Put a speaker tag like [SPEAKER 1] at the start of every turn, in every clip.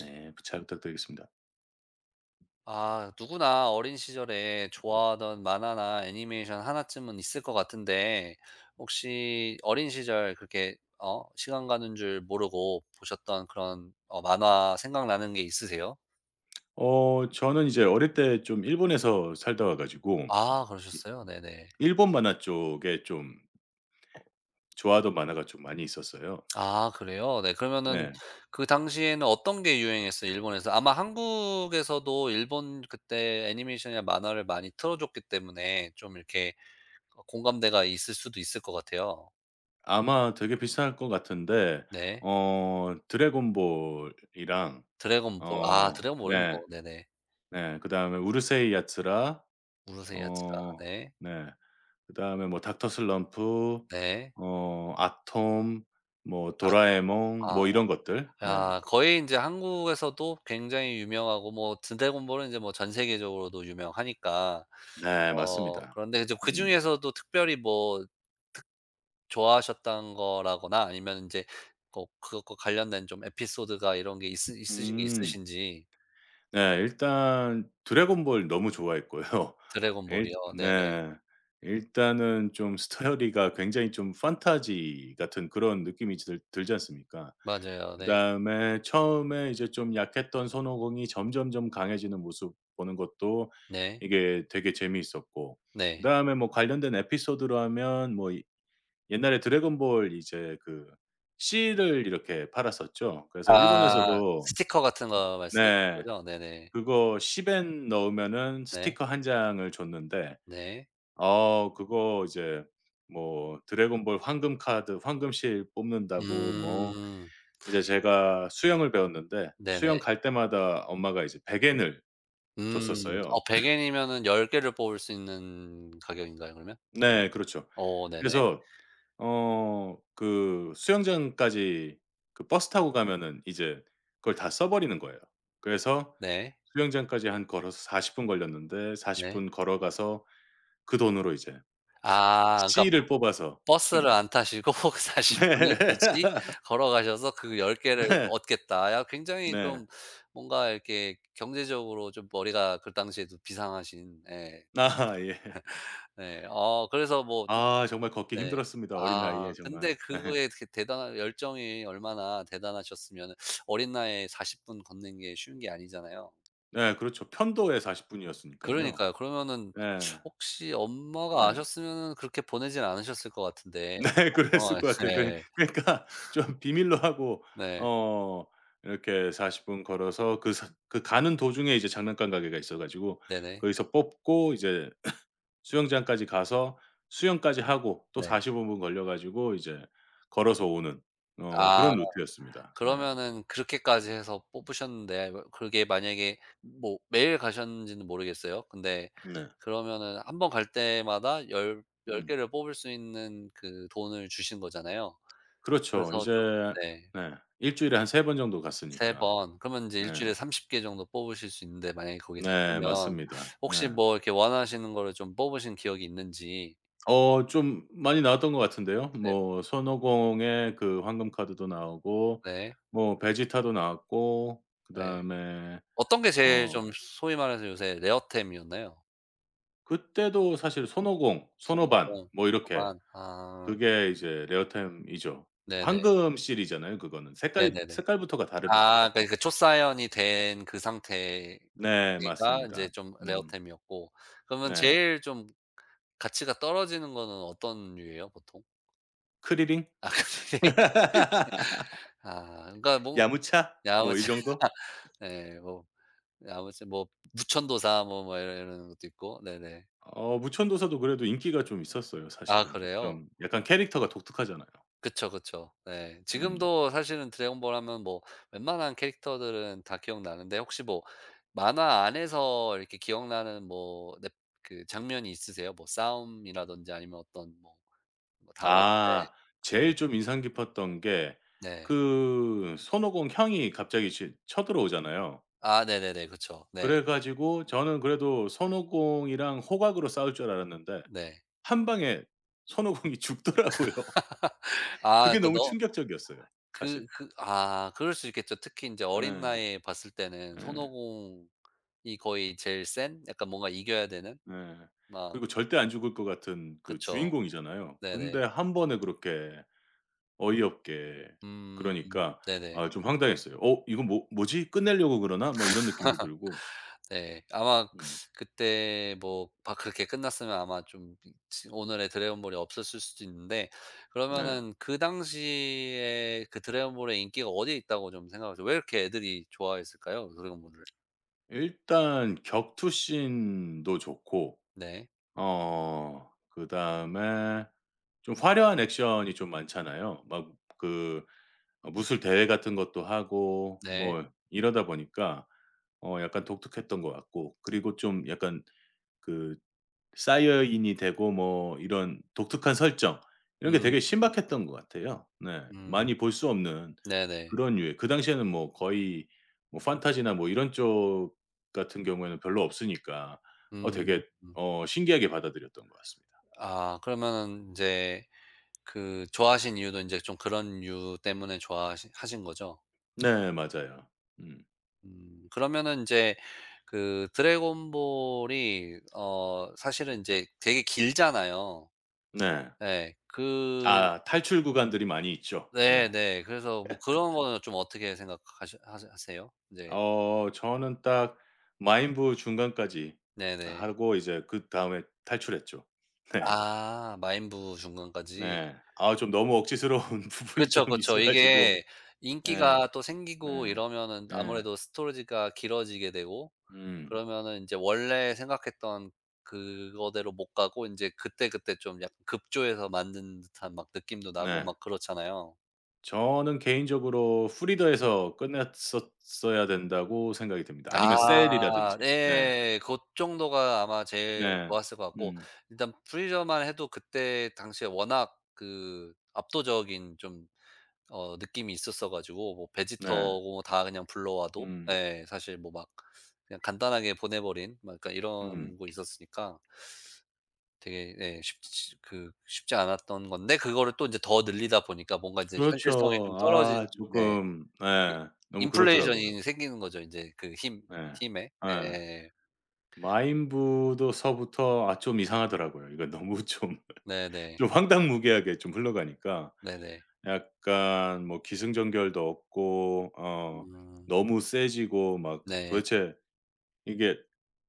[SPEAKER 1] 네. 부 잘 부탁드리겠습니다.
[SPEAKER 2] 아 누구나 어린 시절에 좋아하던 만화나 애니메이션 하나쯤은 있을 것 같은데, 혹시 어린 시절 그렇게 시간 가는 줄 모르고 보셨던 그런 만화 생각나는 게 있으세요?
[SPEAKER 1] 어 저는 이제 어릴 때 좀 일본에서 살다 와 가지고
[SPEAKER 2] 아,
[SPEAKER 1] 이
[SPEAKER 2] 그러셨어요? 네네.
[SPEAKER 1] 일본 만화 쪽에 좀 좋아하던 만화가 좀 많이 있었어요.
[SPEAKER 2] 아, 그래요? 네, 그러면은
[SPEAKER 1] 네.
[SPEAKER 2] 그 당시에는 어떤 게 유행했어요, 일본에서? 아마 한국에서도 일본 그때 애니메이션이나 만화를 많이 틀어줬기 때문에 좀 이렇게 공감대가 있을 수도 있을 것 같아요.
[SPEAKER 1] 아마 되게 비슷할 것 같은데
[SPEAKER 2] 네.
[SPEAKER 1] 어 드래곤볼이랑
[SPEAKER 2] 드래곤볼. 아,
[SPEAKER 1] 어
[SPEAKER 2] 드래곤볼은
[SPEAKER 1] 네.
[SPEAKER 2] 뭐 네네.
[SPEAKER 1] 네. 그다음에 우르세이 야츠라
[SPEAKER 2] 우르세이 야치라.
[SPEAKER 1] 어
[SPEAKER 2] 네.
[SPEAKER 1] 네. 그다음에 뭐 닥터 슬럼프
[SPEAKER 2] 네.
[SPEAKER 1] 어 아톰 뭐
[SPEAKER 2] 아 또
[SPEAKER 1] 도라에몽
[SPEAKER 2] 아.
[SPEAKER 1] 뭐 이런 것들. 네.
[SPEAKER 2] 야, 거의 인제 한국에서도 굉장히 유명하고 뭐 드래곤볼은 이제 뭐 전 세계적으로도 유명하니까.
[SPEAKER 1] 네. 맞습니다.
[SPEAKER 2] 그런데 이제
[SPEAKER 1] 음.
[SPEAKER 2] 그중에서도 특별히 뭐 좋아하셨던 거라거나 아니면 인제 뭐 그것과 관련된 좀 에피소드가 이런 게 있으신 게
[SPEAKER 1] 음.
[SPEAKER 2] 있으신지.
[SPEAKER 1] 네. 일단 드래곤볼 너무 좋아했고요. 일
[SPEAKER 2] 드래곤볼이요. 네네.
[SPEAKER 1] 네. 일단은 좀 스토리가 굉장히 좀 판타지 같은 그런 느낌이 들 들지 않습니까?
[SPEAKER 2] 맞아요. 네.
[SPEAKER 1] 그다음에 처음에 이제 좀 약했던 손오공이 점점점 강해지는 모습 보는 것도
[SPEAKER 2] 네.
[SPEAKER 1] 이게 되게 재미있었고,
[SPEAKER 2] 네.
[SPEAKER 1] 그다음에 뭐 관련된 에피소드로 하면 뭐 이 옛날에 드래곤볼 이제 그 씨를 이렇게 팔았었죠. 그래서
[SPEAKER 2] 아,
[SPEAKER 1] 일본에서도
[SPEAKER 2] 스티커 같은 거 말씀하시는
[SPEAKER 1] 네.
[SPEAKER 2] 거죠? 네네.
[SPEAKER 1] 그거 10엔 넣으면은
[SPEAKER 2] 네.
[SPEAKER 1] 스티커 한 장을 줬는데,
[SPEAKER 2] 네.
[SPEAKER 1] 어 그거 이제 뭐 드래곤볼 황금 카드 황금실 뽑는다고 뭐
[SPEAKER 2] 음.
[SPEAKER 1] 이제 제가 수영을 배웠는데 수영
[SPEAKER 2] 네네.
[SPEAKER 1] 갈 때마다 엄마가 이제 100 엔을
[SPEAKER 2] 음.
[SPEAKER 1] 줬었어요.
[SPEAKER 2] 100 엔이면은 10 개를 뽑을 수 있는 가격인가요, 그러면?
[SPEAKER 1] 네 그렇죠.
[SPEAKER 2] 어, 네네.
[SPEAKER 1] 그래서 어 그 수영장까지 그 버스 타고 가면은 이제 그걸 다 써 버리는 거예요. 그래서
[SPEAKER 2] 네.
[SPEAKER 1] 수영장까지 한 걸어서 40분 걸렸는데 40
[SPEAKER 2] 네.
[SPEAKER 1] 분 걸어가서 그 돈으로 이제
[SPEAKER 2] 아, 그러니까
[SPEAKER 1] C를 뽑아서. 음.
[SPEAKER 2] 버스를 안 타시고 40 분을
[SPEAKER 1] 네.
[SPEAKER 2] 굳이 걸어가셔서 그 10 개를
[SPEAKER 1] 네.
[SPEAKER 2] 얻겠다. 야, 굉장히
[SPEAKER 1] 네.
[SPEAKER 2] 좀 뭔가 이렇게 경제적으로 좀 머리가 그 당시에도 비상하신, 예.
[SPEAKER 1] 아 예.
[SPEAKER 2] 네. 그래서 뭐
[SPEAKER 1] 아 정말 걷기
[SPEAKER 2] 네.
[SPEAKER 1] 힘들었습니다. 어린 나이에
[SPEAKER 2] 아, 근데
[SPEAKER 1] 정말. 예.
[SPEAKER 2] 그거에 그 대단한 열정이 얼마나 대단하셨으면은 어린 나이에 40분 걷는 게 쉬운 게 아니잖아요.
[SPEAKER 1] 네 그렇죠. 편도에 40 분이었으니깐요.
[SPEAKER 2] 그러니까요. 그러면은
[SPEAKER 1] 예.
[SPEAKER 2] 혹시 엄마가
[SPEAKER 1] 예.
[SPEAKER 2] 아셨으면은 그렇게 보내진 않으셨을 것 같은데,
[SPEAKER 1] 네 그랬을
[SPEAKER 2] 걱정을,
[SPEAKER 1] 것 같아요. 그래
[SPEAKER 2] 네.
[SPEAKER 1] 그러니까 좀 비밀로 하고
[SPEAKER 2] 네.
[SPEAKER 1] 어 이렇게 40분 걸어서, 그 사 그 가는 도중에 이제 장난감 가게가 있어 가지고
[SPEAKER 2] 네네.
[SPEAKER 1] 거기서 뽑고, 이제 수영장까지 가서 수영까지 하고, 또
[SPEAKER 2] 네.
[SPEAKER 1] 45분 걸려 가지고 이제 걸어서 오는 어
[SPEAKER 2] 아.
[SPEAKER 1] 그런 루트였습니다. 네.
[SPEAKER 2] 그러면은 그렇게까지 해서 뽑으셨는데, 뭐 그게 만약에 뭐 매일 가셨는지는 모르겠어요. 근데
[SPEAKER 1] 네.
[SPEAKER 2] 그러면은 한번 갈 때마다 열 10
[SPEAKER 1] 음.
[SPEAKER 2] 개를 뽑을 수 있는 그 돈을 주신 거잖아요.
[SPEAKER 1] 그렇죠.
[SPEAKER 2] 그래서
[SPEAKER 1] 이제
[SPEAKER 2] 좀, 네.
[SPEAKER 1] 네. 일 주일에 한 3번 정도
[SPEAKER 2] 3
[SPEAKER 1] 갔으니까.
[SPEAKER 2] 번, 그러면 인제 일
[SPEAKER 1] 네.
[SPEAKER 2] 주일에 30개 정도 뽑으실 수 있는데, 만약에 거기 다
[SPEAKER 1] 네.
[SPEAKER 2] 쓰면
[SPEAKER 1] 맞습니다.
[SPEAKER 2] 혹시
[SPEAKER 1] 네.
[SPEAKER 2] 뭐 이렇게 원하시는 거를 좀 뽑으신 기억이 있는지.
[SPEAKER 1] 어 좀 많이 나왔던 것 같은데요.
[SPEAKER 2] 네.
[SPEAKER 1] 뭐 손오공의 그 황금 카드도 나오고
[SPEAKER 2] 네.
[SPEAKER 1] 뭐 베지타도 나왔고,
[SPEAKER 2] 네.
[SPEAKER 1] 그다음에
[SPEAKER 2] 어떤 게 제일
[SPEAKER 1] 어
[SPEAKER 2] 좀 소위 말해서 요새 레어템이었나요?
[SPEAKER 1] 그때도 사실 손오공, 손오반
[SPEAKER 2] 손오공,
[SPEAKER 1] 뭐 이렇게
[SPEAKER 2] 도어만. 아
[SPEAKER 1] 그게 이제 레어템이죠.
[SPEAKER 2] 네네.
[SPEAKER 1] 황금 실이잖아요 그거는. 색깔이
[SPEAKER 2] 네네네.
[SPEAKER 1] 색깔부터가 다릅니다.
[SPEAKER 2] 아, 그러니까 그 초사연이 된 그 상태가
[SPEAKER 1] 네
[SPEAKER 2] 인제
[SPEAKER 1] 맞습니다.
[SPEAKER 2] 좀
[SPEAKER 1] 음
[SPEAKER 2] 레어템이었고, 그러면
[SPEAKER 1] 네.
[SPEAKER 2] 제일 좀 가치가 떨어지는 거는 어떤 류예요, 보통?
[SPEAKER 1] 크리링?
[SPEAKER 2] 아, 그래. 아, 그러니까 뭐
[SPEAKER 1] 야무차?
[SPEAKER 2] 네,
[SPEAKER 1] 뭐 이
[SPEAKER 2] 아무튼
[SPEAKER 1] 정도?
[SPEAKER 2] 예 뭐 아무튼 뭐 무천도사 뭐 뭐 이러는 것도 있고 네네.
[SPEAKER 1] 어 무천도사도 그래도 인기가 좀 있었어요
[SPEAKER 2] 아,
[SPEAKER 1] 사실은.
[SPEAKER 2] 그래요?
[SPEAKER 1] 좀 약간 캐릭터가 독특하잖아요.
[SPEAKER 2] 그쵸, 그쵸. 네.
[SPEAKER 1] 음.
[SPEAKER 2] 지금도 사실은 드래곤볼 하면 뭐 웬만한 캐릭터들은 다 기억나는데, 혹시 뭐 만화 안에서 이렇게 기억나는 뭐 네, 그 장면이 있으세요? 뭐 싸움이라든지 아니면 어떤 뭐 뭐 다른. 네.
[SPEAKER 1] 아 제일 좀 인상 깊었던 게
[SPEAKER 2] 네.
[SPEAKER 1] 그 손오공 형이 갑자기 이제 쳐들어오잖아요.
[SPEAKER 2] 아 네네네. 그쵸. 네.
[SPEAKER 1] 그래 가지고 저는 그래도 손오공이랑 호각으로 싸울 줄 알았는데,
[SPEAKER 2] 네.
[SPEAKER 1] 한 방에 선호 공이 죽더라고요.
[SPEAKER 2] 아
[SPEAKER 1] 그게
[SPEAKER 2] 그
[SPEAKER 1] 너무
[SPEAKER 2] 너
[SPEAKER 1] 충격적이었어요 사실.
[SPEAKER 2] 아 그럴 수 있겠죠. 특히 이제 어린
[SPEAKER 1] 예.
[SPEAKER 2] 나이에 봤을 때는
[SPEAKER 1] 예.
[SPEAKER 2] 손오공이 거의 제일 센 약간 뭔가 이겨야 되는
[SPEAKER 1] 예.
[SPEAKER 2] 막
[SPEAKER 1] 그리고 절대 안 죽을 것 같은 그
[SPEAKER 2] 그쵸.
[SPEAKER 1] 주인공이잖아요.
[SPEAKER 2] 네네.
[SPEAKER 1] 근데 한 번에 그렇게 어이없게.
[SPEAKER 2] 음,
[SPEAKER 1] 그러니까
[SPEAKER 2] 네네.
[SPEAKER 1] 아 좀 황당했어요. '어 이거 뭐지? 끝내려고 그러나?' 뭐 이런 느낌도 들고.
[SPEAKER 2] 네. 아마
[SPEAKER 1] 음.
[SPEAKER 2] 그때 뭐 바 그렇게 끝났으면 아마 좀 지 오늘의 드래곤 볼이 없었을 수도 있는데,
[SPEAKER 1] 네.
[SPEAKER 2] 그러면은 그 당시에 그 드래곤 볼의 인기가 어디에 있다고 좀 생각하세요? 왜 이렇게 애들이 좋아했을까요, 드래곤 볼을?
[SPEAKER 1] 일단 격투씬도 좋고,
[SPEAKER 2] 네.
[SPEAKER 1] 어 그다음에 좀 화려한 액션이 좀 많잖아요. 막 그 어 무술 대회 같은 것도 하고
[SPEAKER 2] 네.
[SPEAKER 1] 뭐 이러다 보니까 어 약간 독특했던 것 같고, 그리고 좀 약간 그 사이어인이 되고 뭐 이런 독특한 설정 이런 게
[SPEAKER 2] 음.
[SPEAKER 1] 되게 신박했던 것 같아요. 네.
[SPEAKER 2] 음.
[SPEAKER 1] 많이 볼 수 없는
[SPEAKER 2] 네네.
[SPEAKER 1] 그런 유의 그 당시에는 뭐 거의 뭐 판타지나 뭐 이런 쪽 같은 경우에는 별로 없으니까 어
[SPEAKER 2] 음.
[SPEAKER 1] 되게
[SPEAKER 2] 음.
[SPEAKER 1] 어 신기하게 받아들였던 것 같습니다.
[SPEAKER 2] 아, 그러면은 이제 그 좋아하신 이유도 이제 좀 그런 이유 때문에 좋아하 하신 거죠?
[SPEAKER 1] 네. 맞아요. 음.
[SPEAKER 2] 음, 그러면은 이제 그 드래곤볼이 사실은 이제 되게 길잖아요.
[SPEAKER 1] 네.
[SPEAKER 2] 네, 그
[SPEAKER 1] 아 탈출 구간들이 많이 있죠. 네.
[SPEAKER 2] 네네. 그래서 뭐 그런 거는 좀 어떻게 생각하 하세 하세요? 이제
[SPEAKER 1] 어 저는 딱 마인부 중간까지
[SPEAKER 2] 네. 네네.
[SPEAKER 1] 하고 이제 그다음에 탈출했죠. 네.
[SPEAKER 2] 아, 마인부 중간까지.
[SPEAKER 1] 네. 아 좀 너무 억지스러운 부분이
[SPEAKER 2] 그쵸,
[SPEAKER 1] 좀
[SPEAKER 2] 그쵸.
[SPEAKER 1] 있어 가지고.
[SPEAKER 2] 이게
[SPEAKER 1] 예.
[SPEAKER 2] 인기가 또 생기고
[SPEAKER 1] 네.
[SPEAKER 2] 이러면은
[SPEAKER 1] 예.
[SPEAKER 2] 아무래도 스토리지가 길어지게 되고,
[SPEAKER 1] 음.
[SPEAKER 2] 그러면은 이제 원래 생각했던 그거대로 못 가고 인제 그때그때 좀 약간 급조해서 만든 듯한 막 느낌도 나고
[SPEAKER 1] 네.
[SPEAKER 2] 막 그렇잖아요.
[SPEAKER 1] 저는 개인적으로 프리더에서 끝냈었어야 된다고 생각이 듭니다. 아니면 셀이라든지.
[SPEAKER 2] 아,
[SPEAKER 1] 네.
[SPEAKER 2] 예. 고 정도가 아마 제일
[SPEAKER 1] 네.
[SPEAKER 2] 좋았을 것 같고,
[SPEAKER 1] 음.
[SPEAKER 2] 일단 프리저만 해도 그때 당시에 워낙 그 압도적인 좀 느낌이 있었어 가지고, 뭐
[SPEAKER 1] 네.
[SPEAKER 2] 베지터고 뭐 다 그냥 불러와도
[SPEAKER 1] 음.
[SPEAKER 2] 예 사실 뭐 막 그냥 간단하게 보내 버린 막 약간
[SPEAKER 1] 음.
[SPEAKER 2] 이런 거 있었으니까, 되게 네 쉽지 않았던 건데 그거를 또 인제 더 늘리다 보니까 뭔가 인제 현실성이
[SPEAKER 1] 그렇죠.
[SPEAKER 2] 좀
[SPEAKER 1] 아
[SPEAKER 2] 떨어진, 네.
[SPEAKER 1] 조금
[SPEAKER 2] 이
[SPEAKER 1] 예. 너무 그렇더라고요.
[SPEAKER 2] 인플레이션이 생기는 거죠, 인제 그 힘
[SPEAKER 1] 예.
[SPEAKER 2] 힘에.
[SPEAKER 1] 예.
[SPEAKER 2] 예.
[SPEAKER 1] 마인부도 서부터 아 좀 이상하더라고요. 이거 너무 좀
[SPEAKER 2] 네네.
[SPEAKER 1] 좀 황당무계하게 좀 흘러가니까.
[SPEAKER 2] 네네.
[SPEAKER 1] 약간 뭐 기승전결도 없고, 어
[SPEAKER 2] 음.
[SPEAKER 1] 너무 세지고 막
[SPEAKER 2] 네.
[SPEAKER 1] 도대체 이게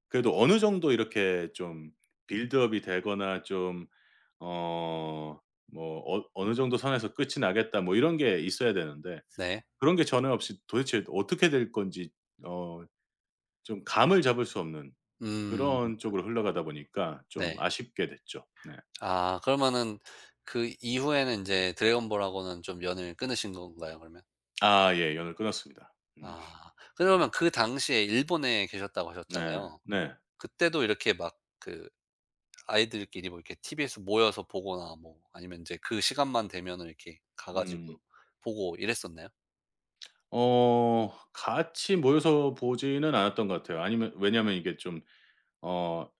[SPEAKER 1] 그래도 어느 정도 이렇게 좀 빌드업이 되거나 좀 어 뭐 어 '어느 정도 선에서 끝이 나겠다.' 뭐 이런 게 있어야 되는데
[SPEAKER 2] 네.
[SPEAKER 1] 그런 게 전혀 없이 도대체 어떻게 될 건지 어 좀 감을 잡을 수 없는
[SPEAKER 2] 음
[SPEAKER 1] 그런 쪽으로 흘러가다 보니까 좀
[SPEAKER 2] 네.
[SPEAKER 1] 아쉽게 됐죠. 네.
[SPEAKER 2] 아, 그러면은 그 이후에는 인제 드래곤 볼하고는 좀 연을 끊으신 건가요, 그러면?
[SPEAKER 1] 아 예. 연을 끊었습니다. 음.
[SPEAKER 2] 아 그러면 그 당시에 일본에 계셨다고
[SPEAKER 1] 네.
[SPEAKER 2] 하셨잖아요.
[SPEAKER 1] 네.
[SPEAKER 2] 그때도 이렇게 막그 아이들끼리 뭐 이렇게 TV에서 모여서 보거나 뭐 아니면 인제 그 시간만 되면은 이렇게 가
[SPEAKER 1] 음.
[SPEAKER 2] 가지고 보고 이랬었나요?
[SPEAKER 1] 어 같이 모여서 보지는 않았던 것 같아요. 아니면 왜냐하면 이게 좀 어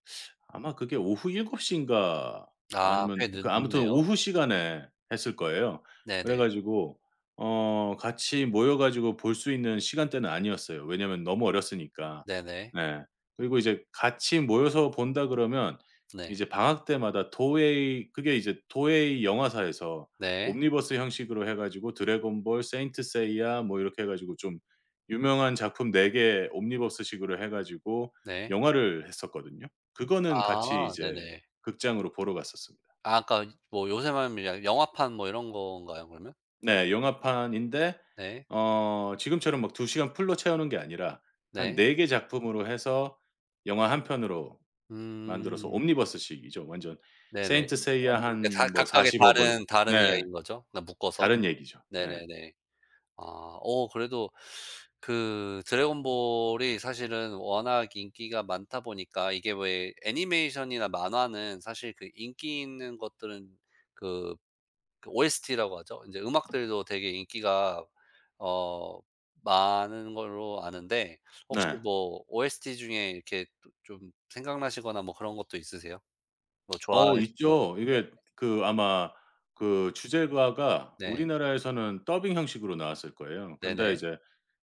[SPEAKER 1] 아마 그게 오후 7 시인가
[SPEAKER 2] 아,
[SPEAKER 1] 아니면
[SPEAKER 2] 꽤 늦
[SPEAKER 1] 그 아무튼
[SPEAKER 2] 늦네요.
[SPEAKER 1] 오후 시간에 했을 거예요. 그래
[SPEAKER 2] 네네.
[SPEAKER 1] 가지고 어 같이 모여 가지고 볼 수 있는 시간대는 아니었어요. 왜냐면 너무 어렸으니까.
[SPEAKER 2] 네네.
[SPEAKER 1] 네. 그리고 이제 같이 모여서 본다 그러면
[SPEAKER 2] 네.
[SPEAKER 1] 이제 방학 때마다 도웨이 그게 이제 도웨이 영화사에서
[SPEAKER 2] 네.
[SPEAKER 1] 옴니버스 형식으로 해 가지고 드래곤볼, 세인트 세이야 뭐 이렇게 해 가지고 좀 유명한 작품 4개 옴니버스식으로 해 가지고
[SPEAKER 2] 네.
[SPEAKER 1] 영화를 했었거든요. 그거는 같이
[SPEAKER 2] 아
[SPEAKER 1] 이제
[SPEAKER 2] 네네.
[SPEAKER 1] 극장으로 보러 갔었습니다.
[SPEAKER 2] 아 그러니까 뭐 요새 말하면 야 영화판 뭐 이런 건가요, 그러면?
[SPEAKER 1] 네. 영화판인데
[SPEAKER 2] 네.
[SPEAKER 1] 어 지금처럼 막 2 시간 풀로 채우는 게 아니라 한
[SPEAKER 2] 네.
[SPEAKER 1] 4개 작품으로 해서 영화 한 편으로 만들어서
[SPEAKER 2] 음.
[SPEAKER 1] 옴니버스식이죠. 완전
[SPEAKER 2] 네네.
[SPEAKER 1] 세인트 세이야
[SPEAKER 2] 완전 이제 다
[SPEAKER 1] 한 뭐
[SPEAKER 2] 각각의
[SPEAKER 1] 45 분.
[SPEAKER 2] 다른
[SPEAKER 1] 네.
[SPEAKER 2] 이야기인 거죠? 그냥 묶어서.
[SPEAKER 1] 다른 얘기죠. 네.
[SPEAKER 2] 네네네. 아 어 그래도 그 드래곤볼이 사실은 워낙 인기가 많다 보니까, 이게 왜 애니메이션이나 만화는 사실 그 인기 있는 것들은 그 OST라고 하죠. 이제 음악들도 되게 인기가 어 많은 걸로 아는데, 혹시
[SPEAKER 1] 네.
[SPEAKER 2] 뭐 OST 중에 이렇게 또좀 생각나시거나 뭐 그런 것도 있으세요? 뭐
[SPEAKER 1] 어
[SPEAKER 2] 좋아하시는 노
[SPEAKER 1] 있죠.
[SPEAKER 2] 래
[SPEAKER 1] 이게 그 아마 그 주제가가
[SPEAKER 2] 네.
[SPEAKER 1] 우리나라에서는 더빙 형식으로 나왔을 거예요. 근데
[SPEAKER 2] 네네.
[SPEAKER 1] 이제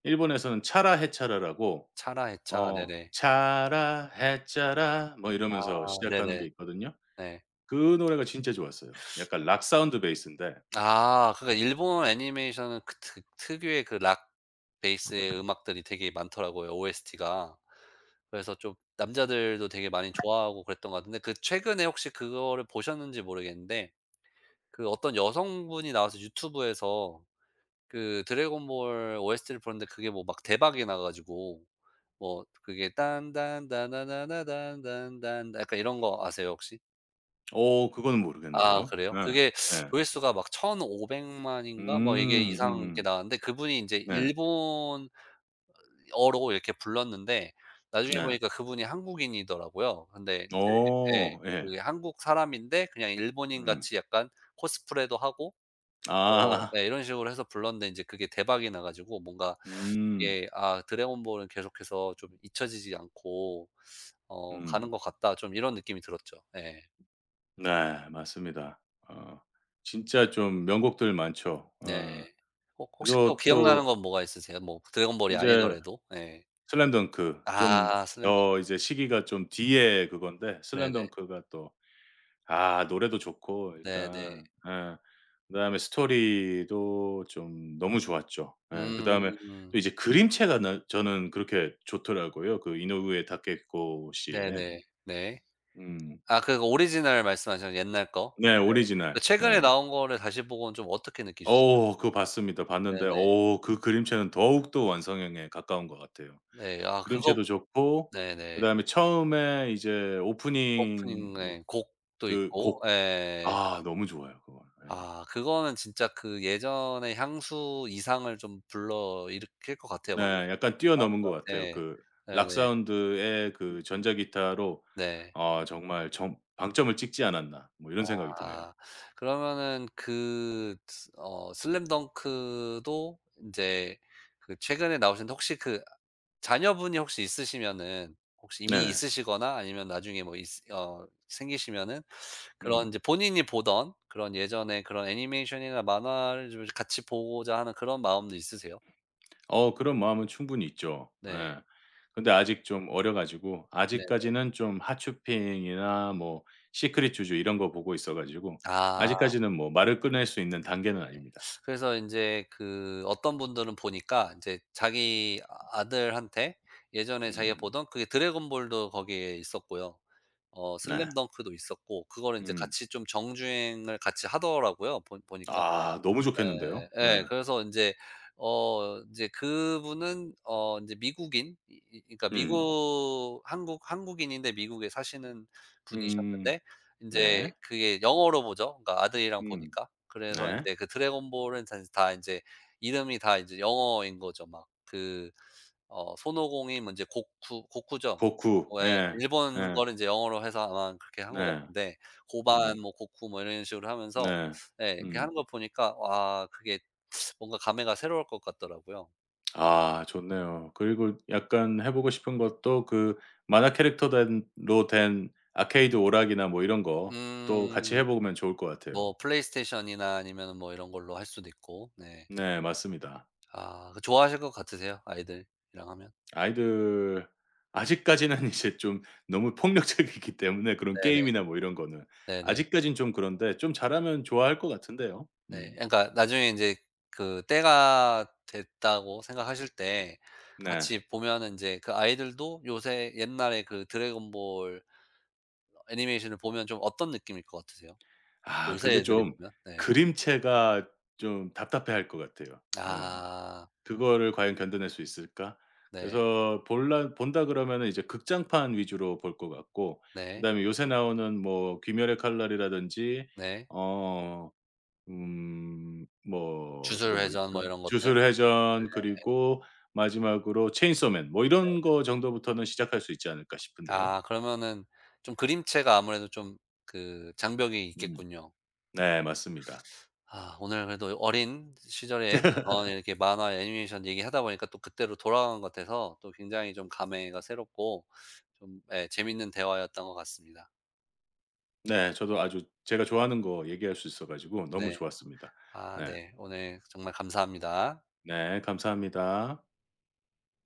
[SPEAKER 1] 일본에서는 차라 해차라라고
[SPEAKER 2] 차라해차.
[SPEAKER 1] 어
[SPEAKER 2] 네네.
[SPEAKER 1] 차라 해짜라." 뭐
[SPEAKER 2] 아
[SPEAKER 1] 이러면서 시작하는 게
[SPEAKER 2] 네네.
[SPEAKER 1] 있거든요.
[SPEAKER 2] 네.
[SPEAKER 1] 그 노래가 진짜 좋았어요. 약간 락 사운드 베이스인데
[SPEAKER 2] 아, 그러니까 일본 애니메이션은 그 특 특유의 그 락 베이스의 음악들이 되게 많더라고요, OST가. 그래서 좀 남자들도 되게 많이 좋아하고 그랬던 것 같은데, 그 최근에 혹시 그거를 보셨는지 모르겠는데, 그 어떤 여성분이 나와서 유튜브에서 그 드래곤볼 OST를 부르는데 그게 뭐 막 대박이 나 가지고, 뭐 그게 딴 딴 따나나나 딴 딴 딴 약간 이런 거 아세요, 혹시?
[SPEAKER 1] 어 그거는
[SPEAKER 2] 아,
[SPEAKER 1] 모르겠는데요.
[SPEAKER 2] 그래요?
[SPEAKER 1] 네.
[SPEAKER 2] 그게
[SPEAKER 1] 네.
[SPEAKER 2] 조회수가 막 1,500 만인가 뭐 이게 이상 이렇게
[SPEAKER 1] 음음.
[SPEAKER 2] 나왔는데, 그분이 인제
[SPEAKER 1] 네.
[SPEAKER 2] 일본어로 이렇게 불렀는데 나중에
[SPEAKER 1] 네.
[SPEAKER 2] 보니까 그분이 한국인이더라고요. 근데 인제 예.
[SPEAKER 1] 어 예.
[SPEAKER 2] 그 한국 사람인데 그냥 일본인
[SPEAKER 1] 음.
[SPEAKER 2] 같이 약간 코스프레도 하고 뭐
[SPEAKER 1] 아.
[SPEAKER 2] 네 이런 식으로 해서 불렀는데 인제 그게 대박이 나 가지고, 뭔가
[SPEAKER 1] 음.
[SPEAKER 2] 이게 '아, 드래곤볼은 계속해서 좀 잊혀지지 않고
[SPEAKER 1] 음.
[SPEAKER 2] 가는 것 같다.' 좀 이런 느낌이 들었죠. 예.
[SPEAKER 1] 네. 맞습니다. 어 진짜 좀 명곡들 많죠.
[SPEAKER 2] 네.
[SPEAKER 1] 어.
[SPEAKER 2] 혹 혹시 또
[SPEAKER 1] 그래도
[SPEAKER 2] 기억나는
[SPEAKER 1] 또
[SPEAKER 2] 건 뭐가 있으세요? 뭐 드래곤볼이
[SPEAKER 1] 이제
[SPEAKER 2] 아니더라도. 예.
[SPEAKER 1] 슬램덩크 좀
[SPEAKER 2] 아 슬램
[SPEAKER 1] 더 이제 시기가 좀 뒤에 그건데
[SPEAKER 2] 네네.
[SPEAKER 1] 슬램덩크가 또 아 노래도 좋고
[SPEAKER 2] 네네.
[SPEAKER 1] 일단 예. 그다음에 스토리도 좀 너무 좋았죠. 예. 그다음에 또
[SPEAKER 2] 음.
[SPEAKER 1] 이제 그림체가 나 저는 그렇게 좋더라고요. 그 이노우에 다케히코 씨의.
[SPEAKER 2] 네네. 네.
[SPEAKER 1] 음.
[SPEAKER 2] 아, 그 오리지널 말씀하시는 옛날 거?
[SPEAKER 1] 네.
[SPEAKER 2] 그
[SPEAKER 1] 오리지널.
[SPEAKER 2] 최근에
[SPEAKER 1] 네.
[SPEAKER 2] 나온 거를 다시 보고는 좀 어떻게 느끼셨어요?
[SPEAKER 1] 어 그거 봤습니다. 봤는데
[SPEAKER 2] 네네.
[SPEAKER 1] 어 그 그림체는 더욱더 완성형에 가까운 것 같아요.
[SPEAKER 2] 네. 아 그거
[SPEAKER 1] 그림체도 좋고
[SPEAKER 2] 네네.
[SPEAKER 1] 그다음에 처음에 이제 오프닝
[SPEAKER 2] 오프닝
[SPEAKER 1] 이
[SPEAKER 2] 예 곡도
[SPEAKER 1] 그
[SPEAKER 2] 있고
[SPEAKER 1] 곡
[SPEAKER 2] 예.
[SPEAKER 1] 아 너무 좋아요 그건. 예.
[SPEAKER 2] 아, 그거는 진짜 그 예전의 향수 이상을 좀 불러일으킬 것 같아요, 왕.
[SPEAKER 1] 네. 약간 뛰어넘은 것 같아요.
[SPEAKER 2] 예.
[SPEAKER 1] 그 락
[SPEAKER 2] 네네.
[SPEAKER 1] 사운드의 그 전자 기타로
[SPEAKER 2] 네.
[SPEAKER 1] 어 정말 정 '방점을 찍지 않았나.' 뭐 이런 생각이 드네요.
[SPEAKER 2] 아, 그러면은 그 스 어 슬램덩크도 이제 그 최근에 나오셨는데, 혹시 그 자녀분이 혹시 있으시면은, 혹시 이미
[SPEAKER 1] 네네.
[SPEAKER 2] 있으시거나 아니면 나중에 뭐 있 생기시면은 그런
[SPEAKER 1] 음.
[SPEAKER 2] 이제 본인이 보던 그런 예전에 그런 애니메이션이나 만화를 좀 같이 보고자 하는 그런 마음도 있으세요?
[SPEAKER 1] 어 그런 마음은 충분히 있죠. 예.
[SPEAKER 2] 네.
[SPEAKER 1] 근데 아직 좀 어려 가지고
[SPEAKER 2] 네.
[SPEAKER 1] 아직까지는 좀 하츄핑이나 뭐 시크릿 주주 이런 거 보고 있어 가지고
[SPEAKER 2] 아.
[SPEAKER 1] 아직까지는 뭐 말을 꺼낼 수 있는 단계는 아닙니다.
[SPEAKER 2] 그래서 이제 그 어떤 분들은 보니까 이제 자기 아, 아들한테 예전에 자기가
[SPEAKER 1] 음.
[SPEAKER 2] 보던, 그게 드래곤볼도 거기에 있었고요. 어
[SPEAKER 1] 네.
[SPEAKER 2] 슬램덩크도 있었고 그거를 인제
[SPEAKER 1] 음.
[SPEAKER 2] 같이 좀 정주행을 같이 하더라고요, 보 보니까.
[SPEAKER 1] 아 너무 좋겠는데요.
[SPEAKER 2] 네. 예.
[SPEAKER 1] 예.
[SPEAKER 2] 그래서 인제 그분은 어 인제 미국인 이 이 그러니까
[SPEAKER 1] 음.
[SPEAKER 2] 미국 한국인인데 미국에 사시는
[SPEAKER 1] 음.
[SPEAKER 2] 분이셨는데, 인제
[SPEAKER 1] 네.
[SPEAKER 2] 그게 영어로 보죠, 그러니까 아들이랑
[SPEAKER 1] 음.
[SPEAKER 2] 보니까. 그래서
[SPEAKER 1] 네.
[SPEAKER 2] 인제 그 드래곤 볼은 다 인제 이름이 다 인제 영어인 거죠. 막 그 손오공이 뭐 인제 고쿠죠.
[SPEAKER 1] 덕후.
[SPEAKER 2] 왜
[SPEAKER 1] 예.
[SPEAKER 2] 일본
[SPEAKER 1] 예.
[SPEAKER 2] 거를 인제 영어로 해서 아마 그렇게 한 것
[SPEAKER 1] 네.
[SPEAKER 2] 같은데, 고반
[SPEAKER 1] 음.
[SPEAKER 2] 뭐 고쿠 뭐 이런 식으로 하면서
[SPEAKER 1] 네.
[SPEAKER 2] 네. 이렇게
[SPEAKER 1] 음.
[SPEAKER 2] 하는 거 보니까 와 그게 뭔가 감회가 새로울 것 같더라고요.
[SPEAKER 1] 아 좋네요. 그리고 약간 해 보고 싶은 것도 그 만화 캐릭터 된 로 된 아케이드 오락이나 뭐 이런 거 또 같이 해
[SPEAKER 2] 음.
[SPEAKER 1] 보면 좋을 것 같아요.
[SPEAKER 2] 뭐 플레이스테이션이나 아니면 뭐 이런 걸로 할 수도 있고. 네.
[SPEAKER 1] 네 맞습니다.
[SPEAKER 2] 아 그 좋아하실 것 같으세요, 아이들이랑 하면?
[SPEAKER 1] 아이들 아직까지는 이제 좀 너무 폭력적이기 때문에 그런
[SPEAKER 2] 네네.
[SPEAKER 1] 게임이나 뭐 이런 거는.
[SPEAKER 2] 네네.
[SPEAKER 1] 아직까진 좀 그런데 좀 잘하면 좋아할 것 같은데요.
[SPEAKER 2] 네.
[SPEAKER 1] 음.
[SPEAKER 2] 그러니까 나중에 이제 그 때가 됐다고 생각하실 때
[SPEAKER 1] 네.
[SPEAKER 2] 같이 보면은 이제, 그 아이들도 요새 옛날에 그 드래곤볼 애니메이션을 보면 좀 어떤 느낌일 것 같으세요?
[SPEAKER 1] 아
[SPEAKER 2] 요새
[SPEAKER 1] 근데
[SPEAKER 2] 애들이
[SPEAKER 1] 좀
[SPEAKER 2] 보면? 네.
[SPEAKER 1] 그림체가 좀 답답해할 것 같아요. 어.
[SPEAKER 2] 아.
[SPEAKER 1] 그거를 과연 견뎌낼 수 있을까?
[SPEAKER 2] 네.
[SPEAKER 1] 그래서 볼라 본다 그러면은 이제 극장판 위주로 볼 것 같고,
[SPEAKER 2] 네.
[SPEAKER 1] 그다음에 요새 나오는 뭐 귀멸의 칼날이라든지
[SPEAKER 2] 네.
[SPEAKER 1] 어 음 뭐 또
[SPEAKER 2] 주술
[SPEAKER 1] 뭐
[SPEAKER 2] 회전 뭐
[SPEAKER 1] 있죠?
[SPEAKER 2] 이런 것들?
[SPEAKER 1] 주술회전 그리고 마지막으로 체인소맨 뭐 이런 거 정도부터는 시작할 수 있지 않을까 싶은데요.
[SPEAKER 2] 아, 그러면은 좀 그림체가 아무래도 좀 그 장벽이
[SPEAKER 1] 음.
[SPEAKER 2] 있겠군요.
[SPEAKER 1] 네 맞습니다.
[SPEAKER 2] 아 오늘 그래도 어린 시절에 이렇게 만화 애니메이션 얘기하다 보니까 또 그때로 돌아간 것 같아서, 또 굉장히 좀 감회가 새롭고 좀 예 재밌는 대화였던 것 같습니다.
[SPEAKER 1] 네. 저도 아주 제가 좋아하는 거 얘기할 수 있어 가지고 너무
[SPEAKER 2] 네.
[SPEAKER 1] 좋았습니다.
[SPEAKER 2] 아
[SPEAKER 1] 네.
[SPEAKER 2] 네. 오늘 정말 감사합니다.
[SPEAKER 1] 네. 감사합니다.